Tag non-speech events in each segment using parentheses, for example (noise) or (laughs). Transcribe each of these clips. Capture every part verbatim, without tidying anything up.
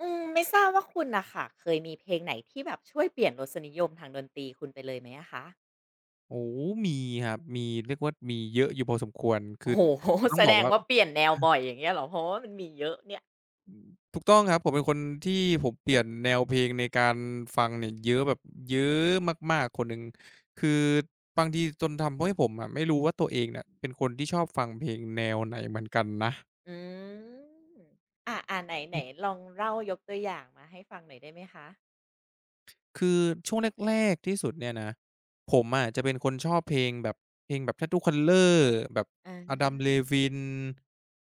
อืมไม่ทราบว่าคุณน่ะค่ะเคยมีเพลงไหนที่แบบช่วยเปลี่ยนรสนิยมทางดนตรีคุณไปเลยไหมอะคะโอ้มีครับมีเรียกว่ามีเยอะอยู่พอสมควรคืโอ้อโฮ เรา (laughs) ต้อแสงบอดกงว่าว่าเปลี่ยนแนวบ่อยอย่างเงี้ยเหรอเพราะว่ามันมีเยอะเนี่ยถูกต้องครับผมเป็นคนที่ผมเปลี่ยนแนวเพลงในการฟังเนี่ยเยอะแบบเยอะมากๆคนหนึ่ง คือบางทีจนทำให้ผมอะไม่รู้ว่าตัวเองเนี่ยเป็นคนที่ชอบฟังเพลงแนวไหนเหมือนกันนะ อืมอาอ่าไหนไหนลองเล่ายกตัวอย่างมาให้ฟังหน่อยได้ไหมคะคือช่วงแรกๆที่สุดเนี่ยนะผมอะจะเป็นคนชอบเพลงแบบเพลงแบบ Tattoo c o l o r แบบ อ Adam า Levine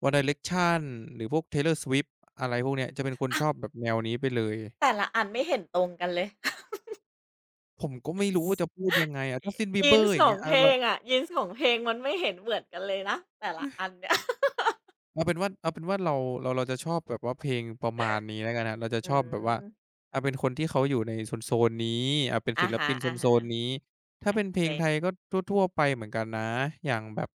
One Direction หรือพวก Taylor Swift อะไรพวกเนี้ยจะเป็นคนชอบแบบแนวนี้ไปเลยแต่ละอันไม่เห็นตรงกันเลย ผมก็ไม่รู้ว่าจะพูดยังไงอะ Justin (laughs) ยินส Bieber อสย่างองเงี้ยอาเพลเรา งอะ j e a สสองเพลงมันไม่เห็นเหมือนกันเลยนะแต่ละอันเนี่ย เอาเป็นว่าเอาเป็นว่าเราเราเราจะชอบแบบว่าเพลงประมาณนี้แล้วกันครับเราจะ (laughs) อืชอบแบบว่ามอ่าเป็นคนที่เขาอยู่ในโซนๆนี้อ่าเป็นอะศิลฮะปินโซนๆนี้ๆถ้าโอเป็นเคเพลงไทยก็ทั่วๆไปเหมือนกันนะอย่างแบบ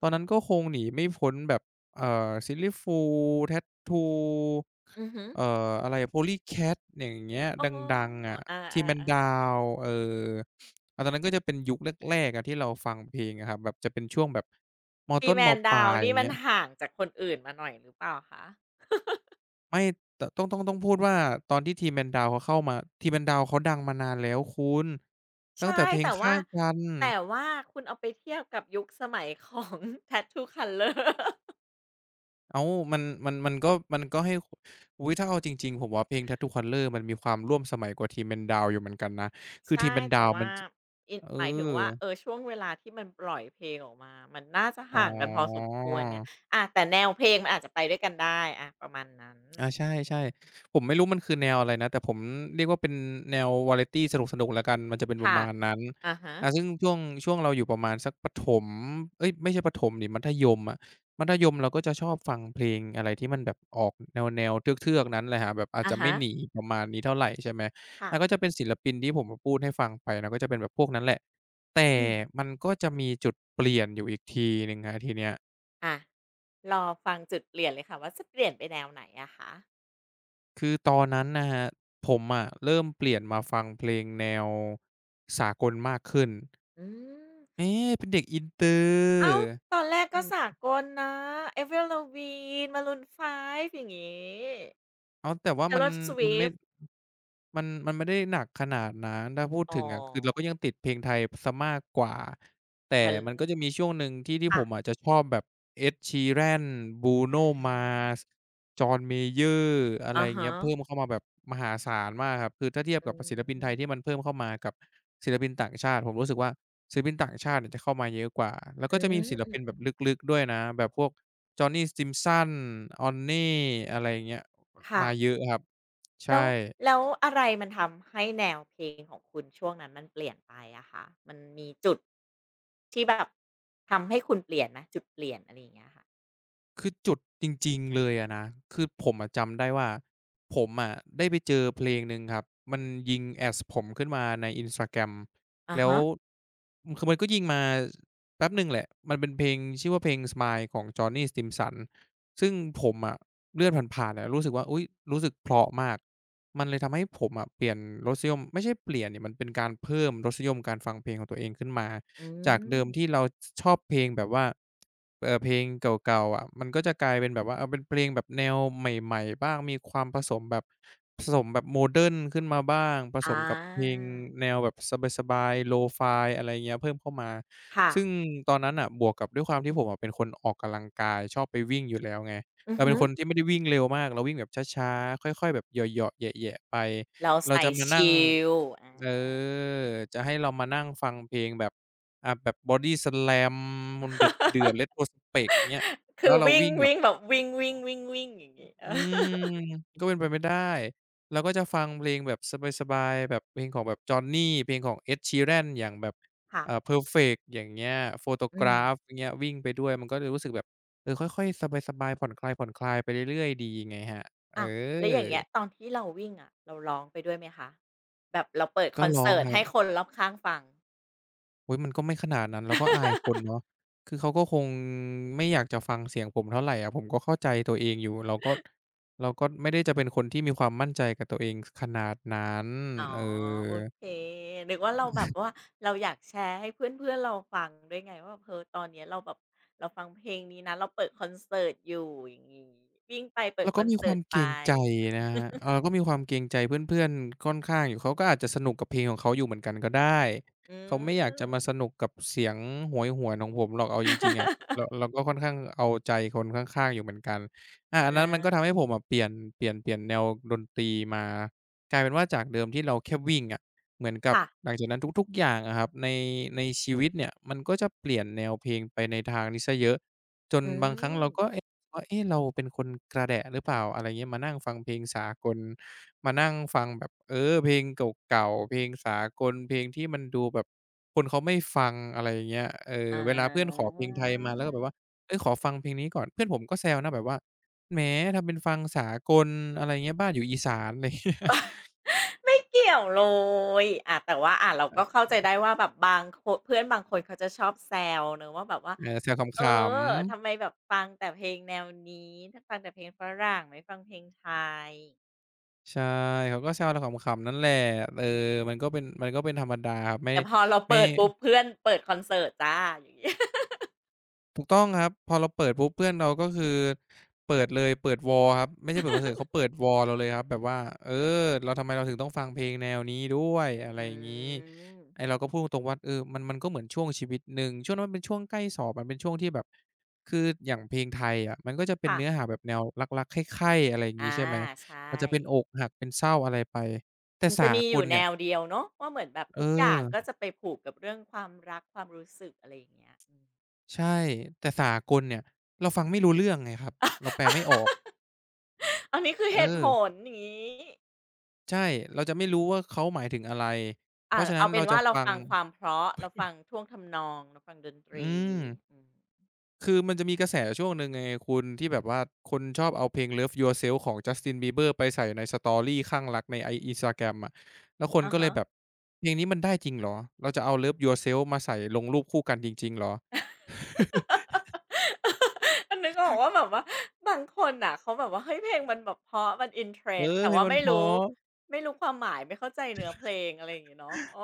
ตอนนั้นก็คงหนีไม่พ้นแบบเอ่อ Sillyfool Tattoo อือฮึเอ่ออะไรอ Polycat อย่างเงี้ยอ๋อดังๆอะ อา Tea Man ๆ Down เอออาตอนนั้นก็จะเป็นยุคแรกๆอะที่เราฟังเพลงอะครับแบบจะเป็นช่วงแบบมพี a ต้นม Man Down นปดาลาวยอนี่ย่างมันเงี้ย ห่างจากคนอื่นมาหน่อยหรือเปล่าคะไม่ตต้องต้องต้องพูดว่าตอนที่ทีม Mendao เขาเข้ามาทีม Mendao เขาดังมานานแล้วคุณตั้ใช่งแต่เพลงแต่ว่าข้างกันแต่ว่าคุณเอาไปเทียบกับยุคสมัยของ (laughs) Tattoo Color อ้าวมันมันมันก็มันก็ให้อุ๊ยถ้าเอาจริงๆผมว่าเพลง Tattoo Color มันมีความร่วมสมัยกว่าทีม Mendao อยู่เหมือนกันนะคือทีใช่ม Mendao มนแต่ดาวน์มัว่านจอินเออหมายถึงว่าเออช่วงเวลาที่มันปล่อยเพลงออกมามันน่าจะอ๋ห่างกันพอสมอ ควรไงอาแต่แนวเพลงมันอาจจะไปด้วยกันได้อาประมาณนั้นอาอืมใช่ๆผมไม่รู้มันคือแนวอะไรนะแต่ผมเรียกว่าเป็นแนววาไรตีสนุกๆแล้วกันมันจะเป็นประค่ะมาณนั้นอะฮะอาซึ่งช่วงช่วงเราอยู่ประมาณสักประถมเอ๊ยไม่ใช่ประถมสิมัธยมอะมัธยมเราก็จะชอบฟังเพลงอะไรที่มันแบบออกแนวๆเทือกๆนั้นแหละครับแบบอาจอะจะไม่ฮะหนีประมาณนี้เท่าไรใช่ไหมค่ะอาก็จะเป็นศิลปินที่ผมพูดให้ฟังไปนะก็จะเป็นแบบพวกนั้นแหละแต่อืมมันก็จะมีจุดเปลี่ยนอยู่อีกทีหนึ่งครับทีเนี้ย อารอฟังจุดเปลี่ยนเลยค่ะว่าจะเปลี่ยนไปแนวไหนอะคะคือตอนนั้นนะครับผมอะเริ่มเปลี่ยนมาฟังเพลงแนวสากลมากขึ้น อืม เอ๊เป็นเด็กอินเตอรอ้าว์ ตอนแรกก็สากลนะ Avril Lavigne Maroon ไฟว์อย่างงี้ อ๋อแต่ว่ามัน Taylor มันไม่ Swift มันมันไม่ได้หนักขนาดนั้นถ้าพูดอ๋ถึงอะคือเราก็อยังติดเพลงไทยเสียมากกว่าเหแต่มือนมันก็จะมีช่วงหนึ่งที่ที่ผค่ะมอาจจะชอบแบบ Ed Sheeran อ Bruno า Mars John Mayer อะไรอะอย่างเงี้ฮะยเพิ่มเข้ามาแบบมหาศาลมากครับคือถ้าเทียบอืกับศิลปินไทยที่มมันเพิ่มเข้ามากับศิลปินต่างชาติผมรู้สึกว่าศิลปินต่างชาติเนี่ยจะเข้ามาเยอะกว่าแล้วอืก็จะมมีศิลอืปินแบบมลึกๆด้วยนะแบบพวก Johnny Simpson Onne อะไรอย่างเงี้ย ๆค่ะมาเยอะครับใช่แล้วแล้วอะไรมันทำให้แนวเพลงของคุณช่วงนั้นมันเปลี่ยนไปอะคะมันมีจุดที่แบบทำให้คุณเปลี่ยนไหมจุดเปลี่ยนอะไรอย่างเงี้ยค่ะคือจุดจริงๆเลยอะนะคือผมอะจำได้ว่าผมอะได้ไปเจอเพลงหนึ่งครับมันยิง ads ผมขึ้นมาใน Instagram อะแล้วฮะอืมคือมันก็ยิงมาแป๊บหนึ่งแหละมันเป็นเพลงชื่อว่าเพลง "Smile" ของ Johnny Stimson ซึ่งผมอะเลื่อนผ่านๆอะรู้สึกว่าอุ๊ยรู้สึกเพราะมากมันเลยทำให้ผมอะเปลี่ยนรสนิยมไม่ใช่เปลี่ยนดิมันเป็นการเพิ่มรสนิยมการฟังเพลงของตัวเองขึ้นมา อืจากเดิมมที่เราชอบเพลงแบบว่าเอ่อเพลงเก่าๆอะมันก็จะกลายเป็นแบบว่าเออเป็นเพลงแบบแนวใหม่ๆบ้างมีความผสมแบบผสมแบบโมเดิร์นขึ้นมาบ้างผอสมกับเพลงาแนวแบบสบายๆ Lo-fi อะไรเงี้ยเพิ่มเข้ามาค่ะซึ่งตอนนั้นน่ะบวกกับด้วยความที่ผมอะเป็นคนออกกำลังกายชอบไปวิ่งอยู่แล้วไงอือเราเป็ฮึนคนที่ไม่ได้วิ่งเร็วมากเราวิ่งแบบช้าๆค่อยๆแบบเหยาะๆแหยะๆไปเราเราใส่จะมาชนั่งิลอา เออจะให้เรามานั่งฟังเพลงแบบ อ่าแบบ Body Slam มันเดือดๆ Retro Spect เงี้ยคืแล้อวเราวิ่งวิ่งแบวิ่บงแบบวิ่งวิ่งวิ่งวิ่งอย่างงี้ (laughs) เออือมก็เป็นไปไม่ได้เราก็จะฟังเพลงแบบสบายๆแบบเพลงของแบบ Johnny เพลงของ Ed Sheeran อย่างแบบค่ะอ่า Perfect อย่างเงี้ย อื Photograph มอย่างเงี้ยวิ่งไปด้วยมันก็เลยรู้สึกแบบเออค่อยๆสบายๆผ่อนคลายๆไปเรื่อยๆดีไงครับเออ้าวแล้วอย่างอเงี้ยตอนที่เราวิ่งอะเราร้องไปด้วยไหมคะแบบเราเปิดคก็อนร้อเสิงร์ตครัให้บ คนรอบข้างฟัง อุ๊ยมันก็ไม่ขนาดนั้นเราก็อายคนเนาะ (laughs) คือเขาก็คงไม่อยากจะฟังเสียงผมเท่าไรอะผมก็เข้าใจตัวเองอยู่เราก็เราก็ไม่ได้จะเป็นคนที่มีความมั่นใจกับตัวเองขนาดนั้นอ๋อเอโออ เคนึกว่าเราแบบว่าเราอยากแชร์ให้เพื่อนๆเราฟังด้วยไงว่าแบบเออตอนเนี้ยเราแบบเราฟังเพลงนี้นะเราเปิดคอนเสิร์ตอยู่อย่างงี้วิ่งไปเปิดแล้วคก็อนมีเสิคร์วาตมไปเกรงใจนะครับเออก็มีความเกรงใจเพื่อนๆค่อนข้างอยู่เขาก็อาจจะสนุกกับเพลงของเขาอยู่เหมือนกันก็ได้ อืเขาไม่อยากจะมมาสนุกกับเสียงโหยหวนของผมหรอกเอาจริงๆอะเราเราก็ค่อนข้างเอาใจคนข้างๆอยู่เหมือนกันอาอันนั้อานมันก็ทำให้ผมอะเปลี่ยนเปลี่ยนเปลี่ยนแนวดนตรีมากลายเป็นว่าจากเดิมที่เราแค่วิ่งอะเหมือนกับค่ะหลังจากนั้นทุกๆอย่างอะครับในในชีวิตเนี่ยมันก็จะเปลี่ยนแนวเพลงไปในทางนี้เสียเยอะจนอืบางครั้งม เราก็เอ ว่าเอ๊ะเราเป็นคนกระแดะหรือเปล่าอะไรเงี้ยมานั่งฟังเพลงสากลมานั่งฟังแบบเออเพลงเก่าๆเพลงสากลเพลงที่มันดูแบบคนเขาไม่ฟังอะไรอย่างเงี้ยเอออเวลาเพื่อนขอาเพลงไทยมาแล้วก็แบบว่าเฮ้ยขอฟังเพลงนี้ก่อนเพื่อนผมก็แซวนะแบบว่าแหมทำเป็นฟังสากลอะไรเงี้ยบ้านอยู่อีสานอะไรเงี้ย (laughs) ไม่เกี่ยวเลยอาแต่ว่าอาเราก็อาเข้าใจได้ว่าแบบบางคนเพื่อนบางคนเขาจะชอบแซวเนาะว่าแบบว่าเออแซวเอขอำทำไมแบบฟังแต่เพลงแนวนี้ถ้าฟังแต่เพลงฝรั่งไม่ฟังเพลงไทยๆใช่เขาก็แซวเราขำๆนั่นแหละเอออืมันก็มเป็นมันก็เป็นธรรมดาครับไม่แต่พอเราไม่ เปิดปุ๊บเพื่อนเปิดคอนเสิร์ตจ้ะอย่างงี้ ถูกต้องครับพอเราเปิดปุ๊บเพื่อนเราก็คือเปิดเลยเปิดวอลครับไม่ใช่เปิดคอนเสิร์ตเขา (laughs) เปิดวอลเราเลยครับแบบว่าเออเราทำไมเราถึงต้องฟังเพลงแนวนี้ด้วยอะไรอือย่างงี้ไอ้มเราก็พูดตรงๆว่าเออมันมันก็เหมือนช่วงชีวิตหนึ่งช่วงนั้นมันเป็นช่วงใกล้สอบมันเป็นช่วงที่แบบคืออย่างเพลงไทยอะมันก็จะเป็นค่ะเนื้อหาแบบแนวรักๆใคร่ๆอะไรอย่างงี้อาใช่ไหมใช่มันจะเป็นอกหักเป็นเศร้าอะไรไปแต่มันจะสามีอกยู่ลแนเนี่ยวเดียวเนาะว่าเหมือนแบบเอทุกอย่างก็อจะไปผูกกับเรื่องความรักความรู้สึกอะไรอย่างเงี้ยอืม ใช่แต่สากลเนี่ยเราฟังไม่รู้เรื่องไงครับเราแปลไม่ออกอันนี้คือเอเหตุผอ ลอย่างงี้ใช่เราจะไม่รู้ว่าเขาหมายถึงอะไรเพอ่าราะฉะนั้เอานเป็เรานจะว่าเราฟังฟังความเพราะเราฟังท่วงทำนองเราฟังดนตอืรีมอืมคือมันจะมีกระแสช่วงหนึ่งไงคุณที่แบบว่าคนชอบเอาเพลง Love Yourself ของ จัสติน บีเบอร์ ไปใส่ใน สตอรี่ ข้างรักในไอ อินสตาแกรม อะแล้วคนอะก็เลฮะ ยแบบเพลงนี้มันได้จริงเหรอเราจะเอา Love Yourself มาใส่ลงรูปคู่กันจริงๆเหรอ (laughs) นึกออกว่าแบบว่าบางคนอ่ะเขาแบบว่าเฮ้ยเพลงมันแบบเพราะมัน in เอ trend อแต่เพลงว่ามันไม่เพรู้ราะ ไม่รู้ความหมายไม่เข้าใจเนื้อเพลงอะไรอย่างเงี้เนาะอ๋อ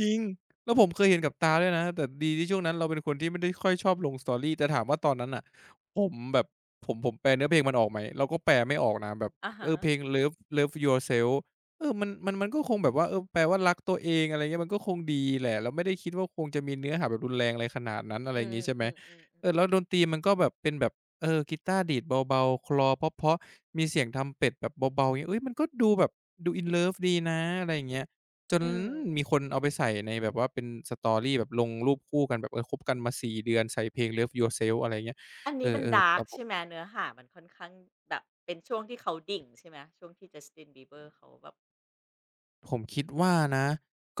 จริง แล้วผมเคยเห็นกับตาด้วยนะ แต่ดีที่ช่วงนั้นเราเป็นคนที่ไม่ได้ค่อยชอบลง Story แต่ถามว่าตอนนั้นน่ะผมแบบผมผมแปลเนื้อเพลงมันออกไหมเราก็แปลไม่ออกนะแบบ (laughs) อะเอฮะอเพลง Love Love Yourself เออมันมันมันก็คงแบบว่าเออแปลว่ารักตัวเองอะไรเงี้ยมันก็คงดีแหละเราไม่ได้คิดว่าคงจะมีเนื้อหาแบบรุนแรงอะไรขนาดนั้นอะอืไรมงี้ใช่ไหอืมๆอืมอมเออแล้วดนตรีมันก็แบบเป็นแบบเออกีตาร์ดีดเบาๆคลอเพราะๆมีเสียงทำเป็ดแบบเบาๆเงี้ยเฮ้ยมันก็ดูแบบดู อิน เลิฟ ดีนะอะไรอย่างเงี้ย จนอืมมีคนเอาไปใส่ในแบบว่าเป็น Story แบบลงรูปคู่กันแบบเออคบกันมาส่เดือนใส่เพลง Love Yourself อะไรเงี้ยอันเอนี้มันอดาๆร์แต่กผ ใช่ไหมเนื้อหามันค่อนข้างแบบเป็นช่วงที่เขาดิ่งใช่ไหมช่วงที่ j สตินบีเบอร์เขาแบบผมคิดว่านะ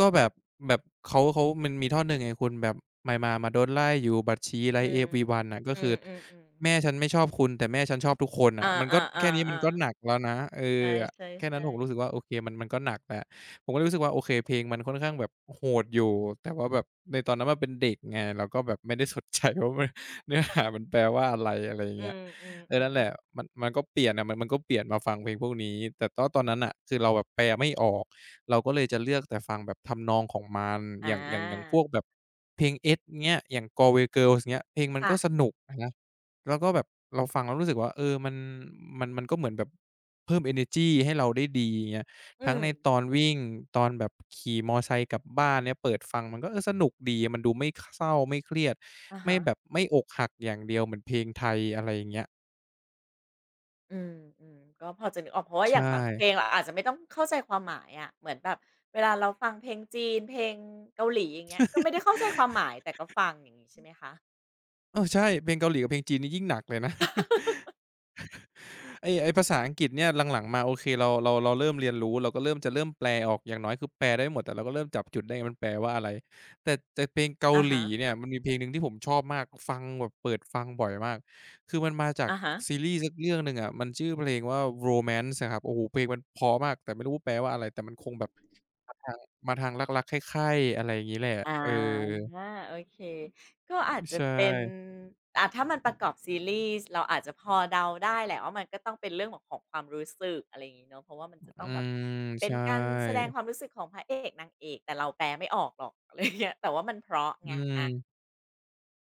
ก็แบบแบบเขาเขามันมีท่อนหนึ่งไงคุณแบบมามามาโดนไล่อยู่บัดชีไล่ อืม เอฟวรีวัน" น่ะก็อืคืมออืแม่ๆ ฉันไม่ชอบคุณแต่แม่ฉันชอบทุกคนอน่ะมันก็าแค่นี้มันก็ๆหๆๆนักแล้วนะเออใช่แค่นั้นผมๆรู้สึกๆว่าโอเคมันมันก็หนักแล้วผมก็เลยรู้สึกว่าโอเคเพลงมันค่อนข้างแบบโหดอยู่แต่ว่าแบบในตอนนั้นมันเป็นเด็กไงเราก็แบบไม่ได้สนใจว่ามัน (laughs) เนื้อหามันแปลว่าอะไรอะไรอย่างอืเงี้ยเออนั่มนแหๆละๆมันมันก็เปลี่ยนอะมันมันก็เปลี่ยนมาฟังเพลงพวกนี้แต่ก็ตอนนั้นน่ะคือเราแบบแปลไม่ออก เราก็เลยจะเลือกแต่ฟังแบบทำนองของมันออาย่างอย่างอย่างพวกแบบเพลงเอสเงี้ยอย่าง กัลเวย์ เกิร์ลส์ เงี้ยเพลงมันค่ะก็สนุกอะนะแล้วก็แบบเราฟังแล้วรู้สึกว่าเออมันมันมันก็เหมือนแบบเพิ่มเอเนอร์จีให้เราได้ดีเงี้ยอืทั้งมในตอนวิ่งตอนแบบขี่มอไซค์กลับบ้านเนี่ยเปิดฟังมันก็เออสนุกดีมันดูไม่คเศร้าไม่เครียดอะไม่ฮะแบบไม่อกหักอย่างเดียวเหมือนเพลงไทยอะไรอย่างเงี้ยอืมๆก็พอจะนึกออกเพราะว่าอใช่ย่างบางเพลงเราอาจจะไม่ต้องเข้าใจความหมายอะเหมือนแบบเวลาเราฟังเพลงจีนเพลงเกาหลีอย่างเงี้ยก็ไม่ได้เข้าใจความหมายแต่ก็ฟังอย่างงี้ใช่ไหมคะเออใช่เพลงเกาหลีกับเพลงจีนนี่ยิ่งหนักเลยนะ ไอ้ไอ้ภาษาอังกฤษเนี่ยหลังๆมาโอเคเราเราเราเริ่มเรียนรู้เราก็เริ่มจะเริ่มแปลออกอย่างน้อยคือแปลได้หมดแต่เราก็เริ่มจับจุดได้มันแปลว่าอะไรแต่แต่เพลงเกาอะหฮะลีเนี่ยมันมีเพลงหนึ่งที่ผมชอบมากฟังแบบเปิดฟังบ่อยมากคือมันมาจากอะฮะ ซีรีส์สักเรื่องหนึ่งอะมันชื่อเพลงว่า Romance อะครับโอ้โฮเพลงมันเพราะมากแต่ไม่รู้แปลว่าอะไรแต่มันคงแบบมาทางมาทางรักๆใคร่ๆอะไรอย่างงี้แหละอเออาโอเคก็อาจจะใชเป็น่อ่าถ้ามันประกอบซีรีส์เราอาจจะพอเดาได้แหละว่ามันก็ต้องเป็นเรื่องแบบของความรู้สึกอะไรอย่างงี้เนาะเพราะว่ามันจะอืต้องแบบมเป็นใช่การแสดงความรู้สึกของพระเอกนางเอกแต่เราแปลไม่ออกหรอกอะไรอย่างเงี้ยแต่ว่ามันเพราะอืไงอาม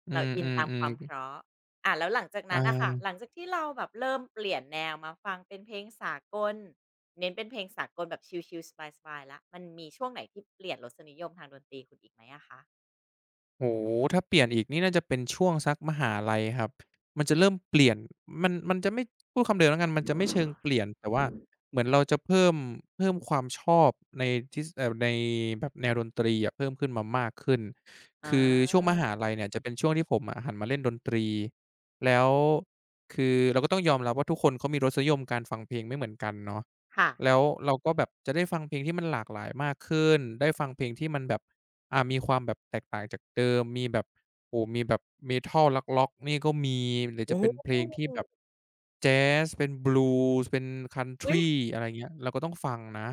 อืเราอินตามความเพมๆราะอาแล้วหลังจากๆนั้นน่ะค่ะอา หลังจากที่เราแบบเริ่มเปลี่ยนแนวมาฟังเป็นเพลงสากลเน้นเป็นเพลงสากลแบบชิลๆสบายๆแล้วมันมีช่วงไหนที่เปลี่ยนรสนิยมทางดนตรีคุณอีกไหมอะคะ โอ้โฮถ้าเปลี่ยนอีกนี่น่าจะเป็นช่วงสักมหาลัยครับ มันจะเริ่มเปลี่ยนมันมันจะไม่พูดคำเดิมแล้วกันมันจะไม่เชิงเปลี่ยน แต่ว่าเหมือนเราจะเพิ่มเพิ่มความชอบในทิศเอ่อในแบบแนวดนตรีอะเพิ่มขึ้นมามากขึ้นอาคือช่วงมหาลัยเนี่ยจะเป็นช่วงที่ผมอะหันมาเล่นดนตรี แล้วคือเราก็ต้องยอมรับว่าทุกคนเขามีรสนิยมการฟังเพลงไม่เหมือนกันเนาะ ค่ะแล้วเราก็แบบจะได้ฟังเพลงที่มันหลากหลายมากขึ้นได้ฟังเพลงที่มันแบบอ่ามีความแบบแตกต่างจากเดิม มีแบบโอ้โฮมีแบบ Metal ร็อกๆนี่ก็มีหรือโอ้จะเป็นโฮเพลงที่แบบแจ๊สเป็น Blues เป็น อุ๊ย Country อะไรเงี้ยเราก็ต้องฟังนะ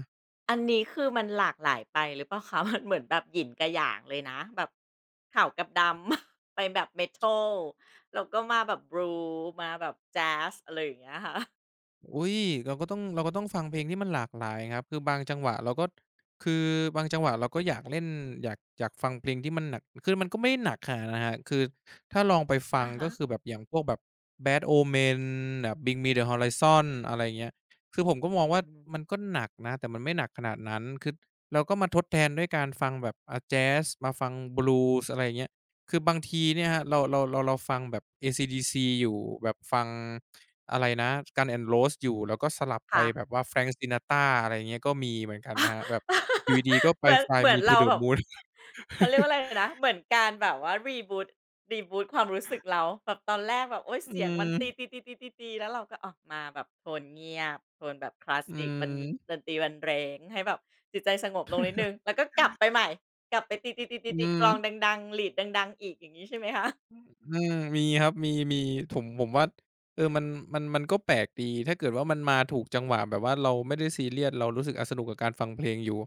อันนี้คือมันหลากหลายไปหรือเปล่าคะ (laughs) มันเหมือนแบบหยินกับหยางเลยนะแบบขาวกับดำ (laughs) ไปแบบเมทัลแล้วก็มาแบบ Blues มาแบบแจ๊สอะไรอย่างเงี้ยค่ะ (laughs) อุ๊ยเราก็ต้องเราก็ต้องฟังเพลงที่มันหลากหลายครับคือบางจังหวะเราก็คือบางจังหวะเราก็อยากเล่นอยากอยากฟังเพลงที่มันหนักคือมันก็ไม่ได้หนักขนาดนั้นครับคือถ้าลองไปฟังอะฮะก็คือแบบอย่างพวกแบบ Bad o m e n แบบ Bring Me The Horizon อะไรอย่างเงี้ยคือผมก็มองว่าอืมันก็มหนักนะแต่มันไม่หนักขนาดนั้นคือเราก็มาทดแทนด้วยการฟังแบบอ่าแจ๊สมาฟังบลูส์อะไรอย่างเงี้ยคือบางทีเนี่ยครับเราเราเราเราฟังแบบ เอ ซี/ดี ซี อยู่แบบฟัง อะไรนะ Guns N' Roses อยู่แล้วก็สลับไปค่ะ แบบว่า Frank Sinatra อะไรอย่างเงี้ยก็มีเหมือนกันนะครับแบบ (laughs) อยู่ดีๆก็ไป เหมือน Fly เหมือน Me to เรา the แบบ Moon เขาเรียกว่าอะไรนะเหมือนการแบบว่า reboot ีบูตรีบูตความรู้สึกเราแบบตอนแรกแบบโอ้ยอืเสียงมันตีมตีตีตีตีตีแล้วเราก็ออกมาแบบโทนเงียบโทนแบบคลาสอืสิกบรรดมนตรีบรรเลงให้แบบจิตใจสงบลงนิดนึงแล้วก็กลับไปใหม่กลับไปตีๆีตีตีตีอืกม ลองดังๆหลีดดังๆอีกอย่างนี้ใช่ไหมคะอืมมีครับมีมีผมผมว่าเออมันมันมันก็แปลกดีถ้าเกิดว่ามันมาถูกจังหวะแบบว่าเราไม่ได้ซีเรียสเรารู้สึกอะสนุกกับการฟังเพลงอยู่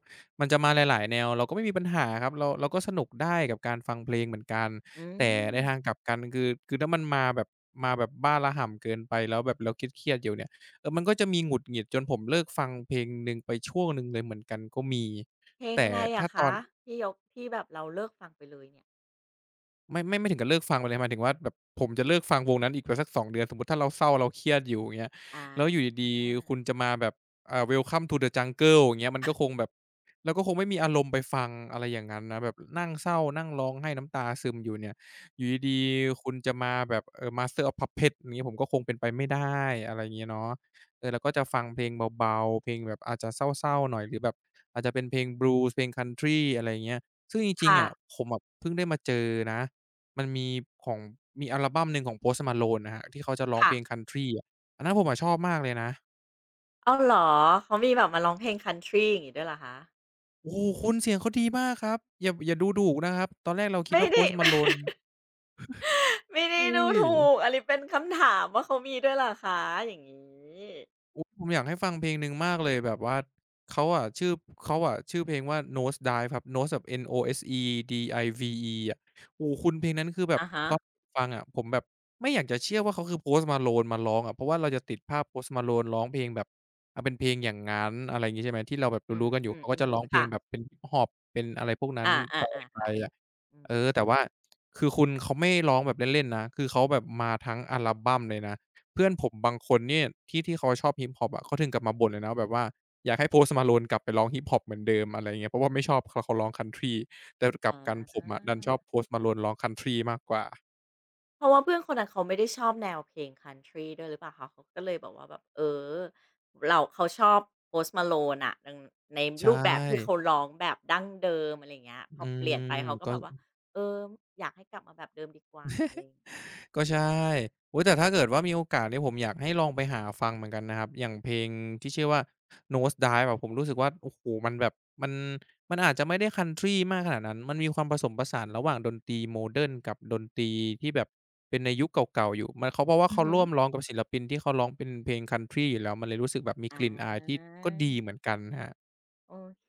มันจะมาหลายๆแนวเราก็ไม่มีปัญหาครับเราเราก็สนุกได้กับการฟังเพลงเหมือนกันอืแต่มในทางกลับกันคือคือถ้ามันมาแบบมาแบบบ้าระห่ำเกินไปแล้วแบบเราเครียดๆอยู่เนี่ยเออมันก็จะมีหงุดหงิดจนผมเลิกฟังเพลงหนึ่งไปช่วงหนึ่งเลยเหมือนกันก็มีเพลงแต่อะไรถ้าอะตอคะน ที่ยกที่แบบเราเลิกฟังไปเลยเนี่ยไม่ไม่ไม่ถึงกับเลิกฟังไปเลยหมายถึงว่าแบบผมจะเลิกฟังวงนั้นอีกไปสักสองเดือนสมมุติถ้าเราเศร้าเราเครียดอยู่อย่างเงี้ยอาแล้วอยู่ดีๆคุณจะมาแบบอ่า Welcome to the Jungle อย่างเงี้ยมันก็คงแบบเราก็คงไม่มีอารมณ์ไปฟังอะไรอย่างงั้นนะแบบนั่งเศร้านั่งร้องไห้น้ำตาซึมอยู่เนี่ยอยู่ดีๆคุณจะมาแบบเอ่อ Master of Puppets อย่างงี้ผมก็คงเป็นไปไม่ได้อะไรอย่างงี้เนาะเออเราก็จะฟังเพลงเบาๆเพลงแบบอาจจะเศร้าๆหน่อยหรือแบบอาจจะเป็นเพลง Blues เพลง Country อะไรอย่างเงี้ยซึ่งจริงๆค่ะอะผมอะเพิ่งได้มาเจอนะ มันมีของมีอัลบัมหนึ่งของ Post Malone นะครับที่เขาจะร้องเพค่ะ ลง Country อะอันนั้นผมอะชอบมากเลยนะอ้าวเหรอ เขามีแบบมาร้องเพลงคันทรีอย่างงี้ด้วยเหรอคะโอ้โฮคุณเสียงเขาดีมากครับอย่าอย่าดูถูกนะครับตอนแรกเราคิดไม่ว่า ได้ Post Malone (laughs) ไม่ได้เฮ้ดูย ถูกอันนี้เป็นคำถามว่าเขามีด้วยเหรอคะอย่างงี้อุ๊ยผมอยากให้ฟังเพลงหนึ่งมากเลยแบบว่าเขาอะชื่อเขาอะชื่อเพลงว่า Nose Dive ครับ Nose แบบ N-O-S-E-D-I-V-E อะโอ้โฮคุณเพลงนั้นคือแบบอะฮะตอนฟังอะผมแบบไม่อยากจะเชื่อว่าเขาคือ Post Malone มาร้องอะเพราะว่าเราจะติดภาพ Post Malone ร้องเพลงแบบอาเป็นเพลงอย่างงั้นอะไรงี้ใช่ไหมที่เราแบบอืรู้ๆกันอยู่เขาก็จะมร้ๆองๆเพลค่ะงแบบเป็น Hip Hop เป็นอะไรพวกนั้นอาอะไรๆไปๆค่ะอะอืเออมแต่ว่าคือคุณเขาไม่ร้องแบบเล่นๆนะคือเขาแบบมาทั้งอัลบัมเลยนะ เพื่อนผมบางคนเนี่ยที่ที่เขาชอบ Hip-Hop อปอะเขาถึงกับมาบ่นเลยนะแบบว่าอยากให้ Post Malone กลับไปร้อง Hip-Hop เหมือนเดิมอะไรเงี้ยเพราะว่าไม่ชอบคเขาร้องคันทรีแต่กลัอบกันผมอะาดันชอบ Post Malone ร้องคันทรีมากกว่าเพราะว่าเพื่อนคนนั้นเขาไม่ได้ชอบแนวเพลงคันทรีด้วยหรือเปล่าคะเขาก็เลยแบบว่าแบบเออเราเขาชอบ Post Malone น่ะดังในใชรูปแบบที่เขา่ร้องแบบดั้งเดิมอะไรอย่างเงี้ยพอือเปลี่ยนมไปเขาก็ก็ แบบว่าเอออยากให้กลับมาแบบเดิมดีกว่าอะไรก็ใช่โอ๊ยแต่ถ้าเกิดว่ามีโอกาสเนี่ยผมอยากให้ลองไปหาฟังเหมือนกันนะครับ อย่างเพลงที่ชื่อว่า Nosedive อะผมรู้สึกว่าโอ้โฮมันแบบมันมันอาจจะไม่ได้คันทรีมากขนาดนั้น มันมีความผสมผสานระหว่างดนตรีโมเดิร์นกับดนตรีที่แบบเป็นในยุคเก่าๆอยู่ มันเขาเพราะว่าอือเขาฮึ ร่วมร้องกับศิลปินที่เขาร้องเป็นเพลงคันทรีอยู่แล้วมันเลยรู้สึกแบบมีอกลิ่นอายที่าก็ดีเหมือนกันครับโอเค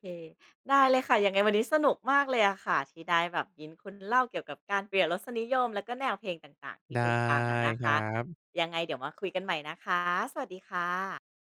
ได้เลยค่ะยังไงวันนี้สนุกมากเลยอะค่ะที่ได้แบบยินคุณเล่าเกี่ยวกับการเปลี่ยนรสนิยมแล้วก็แนวเพลงต่างๆที่ได้คุณฟังอะนะครัคะบยังไงเดี๋ยวมาคุยกันใหม่นะคะสวัสดีค่ะ